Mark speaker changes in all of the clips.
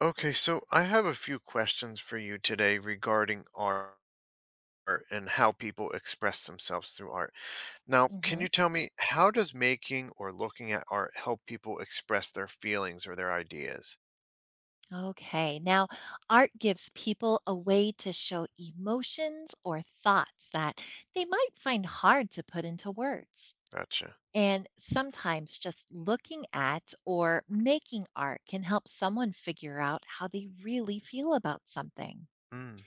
Speaker 1: Okay, so I have a few questions for you today regarding art and how people express themselves through art. Now, can you
Speaker 2: hmm
Speaker 1: tell me how does making or looking at art help people express their feelings or their ideas?
Speaker 2: Okay, now art gives people a way to show emotions or thoughts that they might find hard to put into words.
Speaker 1: Gotcha.
Speaker 2: And sometimes just looking at or making art can help someone figure out how they really feel about something.
Speaker 1: Mm,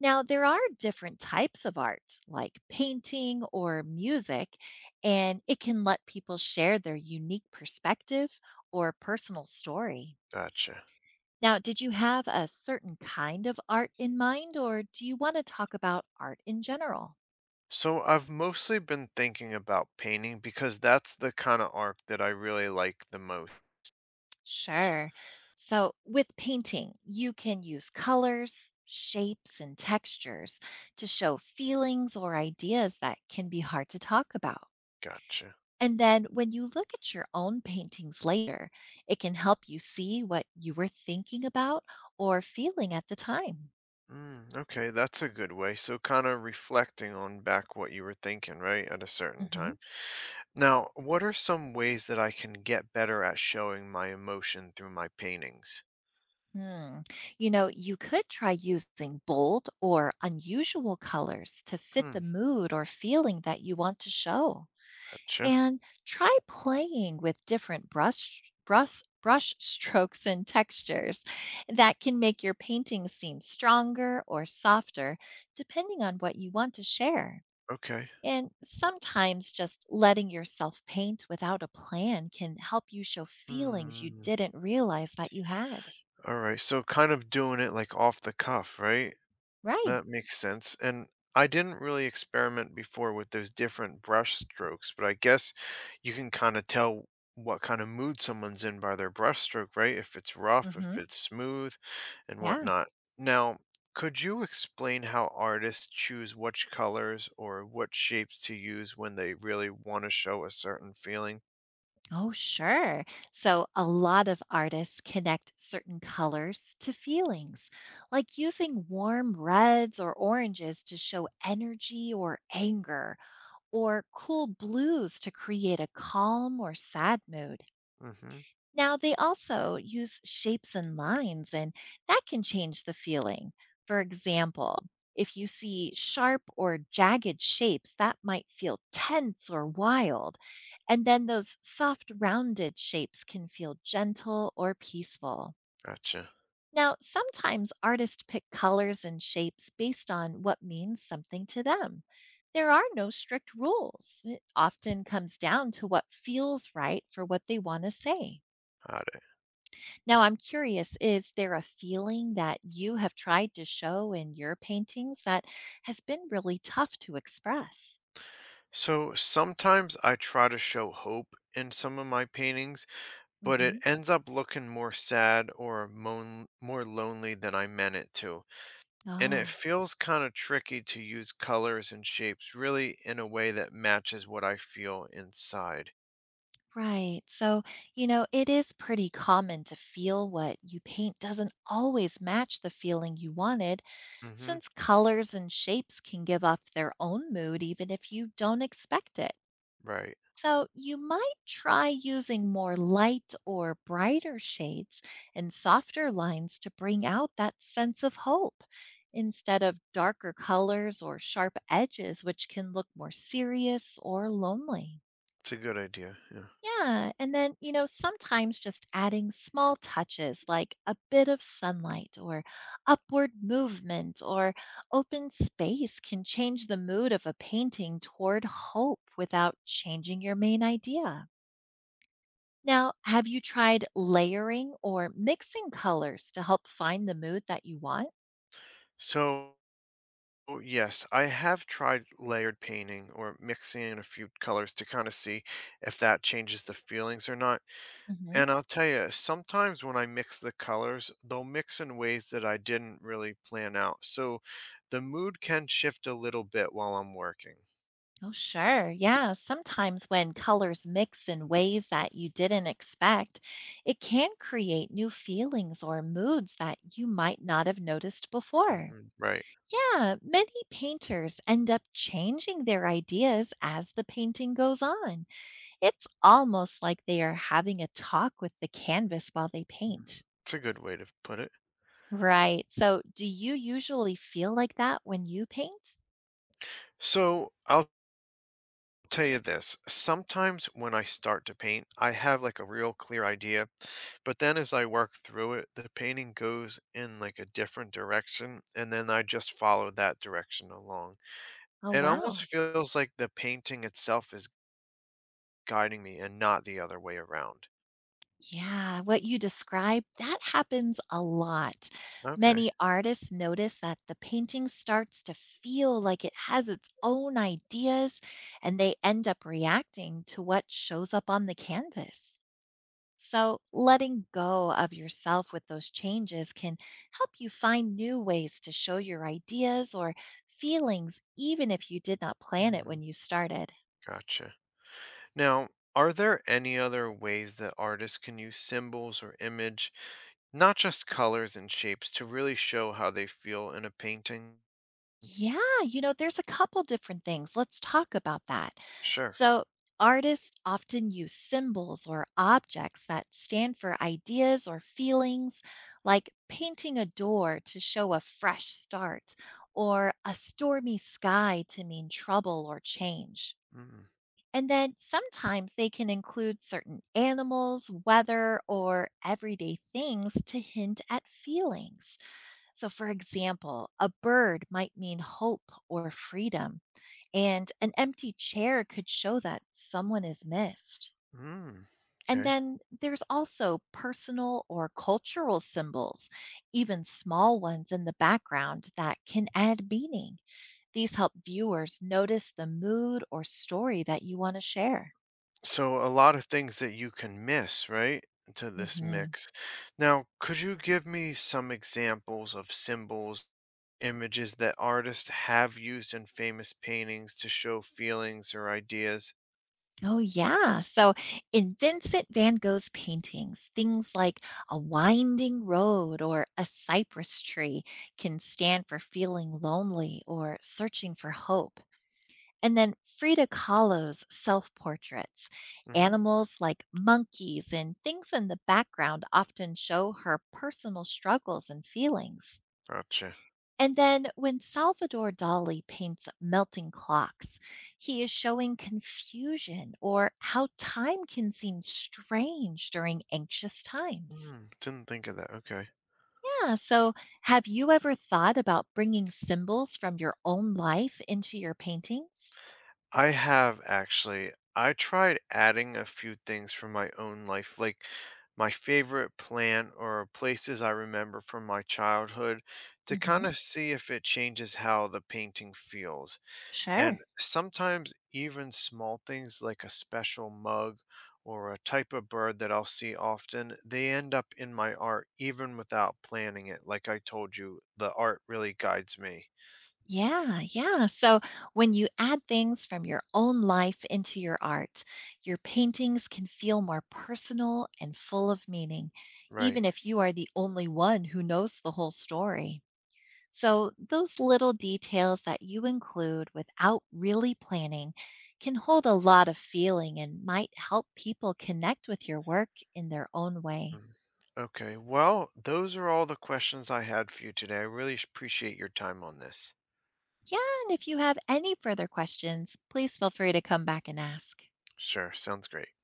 Speaker 2: Now, there are different types of art, like painting or music, and it can let people share their unique perspective or personal story.
Speaker 1: gotcha.
Speaker 2: Now, did you have a certain kind of art in mind, or do you want to talk about art in general?
Speaker 1: So I've mostly been thinking about painting because that's the kind of art that I really like the most.
Speaker 2: Sure. So, with painting, you can use colors, shapes, and textures to show feelings or ideas that can be hard to talk about.
Speaker 1: Gotcha.
Speaker 2: And then when you look at your own paintings later, it can help you see what you were thinking about or feeling at the time.
Speaker 1: Mm, okay, that's a good way. So kind of reflecting on back what you were thinking, right, at a certain
Speaker 2: Mhm.
Speaker 1: time. Now, what are some ways that I can get better at showing my emotion through my paintings?
Speaker 2: Hmm. You know, you could try using bold or unusual colors to fit
Speaker 1: Hmm.
Speaker 2: the mood or feeling that you want to show.
Speaker 1: Gotcha.
Speaker 2: And try playing with different brush strokes and textures that can make your painting seem stronger or softer depending on what you want to share.
Speaker 1: Okay.
Speaker 2: And sometimes just letting yourself paint without a plan can help you show feelings you
Speaker 1: Hmm.
Speaker 2: didn't realize that you had.
Speaker 1: All right. So, kind of doing it like off the cuff, right?
Speaker 2: Right.
Speaker 1: That makes sense. And I didn't really experiment before with those different brush strokes, but I guess you can kind of tell what kind of mood someone's in by their brush stroke, right? If it's rough, if
Speaker 2: Mhm.
Speaker 1: it's smooth, and
Speaker 2: Yeah.
Speaker 1: whatnot. Now, could you explain how artists choose which colors or what shapes to use when they really want to show a certain feeling?
Speaker 2: Oh, sure. So, a lot of artists connect certain colors to feelings, like using warm reds or oranges to show energy or anger, or cool blues to create a calm or sad mood.
Speaker 1: Mm-hmm.
Speaker 2: Now, they also use shapes and lines, and that can change the feeling. For example, if you see sharp or jagged shapes, that might feel tense or wild. And then those soft, rounded shapes can feel gentle or peaceful.
Speaker 1: Gotcha.
Speaker 2: Now, sometimes artists pick colors and shapes based on what means something to them. There are no strict rules. It often comes down to what feels right for what they want to say.
Speaker 1: Got it.
Speaker 2: Now, I'm curious, is there a feeling that you have tried to show in your paintings that has been really tough to express?
Speaker 1: So sometimes I try to show hope in some of my paintings, but it
Speaker 2: hmm
Speaker 1: ends up looking more sad or moan, more lonely than I meant it to. And it
Speaker 2: Oh,
Speaker 1: feels kind of tricky to use colors and shapes really in a way that matches what I feel inside.
Speaker 2: right. So, you know, it is pretty common to feel what you paint doesn't always match the feeling you wanted,
Speaker 1: Mm-hmm.
Speaker 2: since colors and shapes can give off their own mood even if you don't expect it.
Speaker 1: Right.
Speaker 2: So you might try using more light or brighter shades and softer lines to bring out that sense of hope instead of darker colors or sharp edges, which can look more serious or lonely.
Speaker 1: It's a good idea. Yeah.
Speaker 2: Yeah, and then, you know, sometimes just adding small touches like a bit of sunlight or upward movement or open space can change the mood of a painting toward hope without changing your main idea. Now, have you tried layering or mixing colors to help find the mood that you want?
Speaker 1: So, yes, I have tried layered painting or mixing in a few colors to kind of see if that changes the feelings or not.
Speaker 2: hmm
Speaker 1: And I'll tell you, sometimes when I mix the colors, they'll mix in ways that I didn't really plan out. So the mood can shift a little bit while I'm working.
Speaker 2: Oh, sure. Yeah. Sometimes when colors mix in ways that you didn't expect, it can create new feelings or moods that you might not have noticed before.
Speaker 1: Right.
Speaker 2: Yeah, many painters end up changing their ideas as the painting goes on. It's almost like they are having a talk with the canvas while they
Speaker 1: Mm,
Speaker 2: paint.
Speaker 1: it's a good way to put it.
Speaker 2: Right. So, do you usually feel like that when you paint?
Speaker 1: So I'll tell you this. Sometimes when I start to paint, I have like a real clear idea. But then as I work through it, the painting goes in like a different direction. And then I just follow that direction along.
Speaker 2: Oh,
Speaker 1: It almost
Speaker 2: wow.
Speaker 1: feels like the painting itself is guiding me and not the other way around.
Speaker 2: Yeah, what you describe that happens a lot.
Speaker 1: Okay.
Speaker 2: Many artists notice that the painting starts to feel like it has its own ideas, and they end up reacting to what shows up on the canvas. So, letting go of yourself with those changes can help you find new ways to show your ideas or feelings, even if you did not plan it
Speaker 1: Hmm,
Speaker 2: when you started.
Speaker 1: gotcha. Now, are there any other ways that artists can use symbols or image, not just colors and shapes, to really show how they feel in a painting?
Speaker 2: Yeah, you know, there's a couple different things. Let's talk about that.
Speaker 1: Sure.
Speaker 2: So, artists often use symbols or objects that stand for ideas or feelings, like painting a door to show a fresh start or a stormy sky to mean trouble or change.
Speaker 1: Mm,
Speaker 2: And then sometimes they can include certain animals, weather, or everyday things to hint at feelings. So, for example, a bird might mean hope or freedom, and an empty chair could show that someone is missed.
Speaker 1: mm,
Speaker 2: And
Speaker 1: okay.
Speaker 2: then there's also personal or cultural symbols, even small ones in the background that can add meaning. These help viewers notice the mood or story that you want to share.
Speaker 1: So a lot of things that you can miss, right? To this
Speaker 2: Mhm.
Speaker 1: mix. Now, could you give me some examples of symbols, images that artists have used in famous paintings to show feelings or ideas?
Speaker 2: Oh, yeah. So in Vincent van Gogh's paintings, things like a winding road or a cypress tree can stand for feeling lonely or searching for hope. And then Frida Kahlo's self portraits,
Speaker 1: Mm-hmm.
Speaker 2: animals like monkeys and things in the background often show her personal struggles and feelings.
Speaker 1: Gotcha.
Speaker 2: And then when Salvador Dali paints melting clocks, he is showing confusion or how time can seem strange during anxious times.
Speaker 1: Mm, didn't think of that. Okay.
Speaker 2: Yeah, so have you ever thought about bringing symbols from your own life into your paintings?
Speaker 1: I have actually. I tried adding a few things from my own life, like my favorite plant or places I remember from my childhood, to
Speaker 2: hmm
Speaker 1: kind of see if it changes how the painting feels. And
Speaker 2: Sure.
Speaker 1: sometimes even small things like a special mug or a type of bird that I'll see often, they end up in my art even without planning it. Like I told you, the art really guides me.
Speaker 2: Yeah. So when you add things from your own life into your art, your paintings can feel more personal and full of meaning, even
Speaker 1: Right.
Speaker 2: if you are the only one who knows the whole story. So those little details that you include without really planning can hold a lot of feeling and might help people connect with your work in their own way.
Speaker 1: Mm. Okay, well, those are all the questions I had for you today. I really appreciate your time on this.
Speaker 2: Yeah, and if you have any further questions, please feel free to come back and ask.
Speaker 1: Sure, sounds great.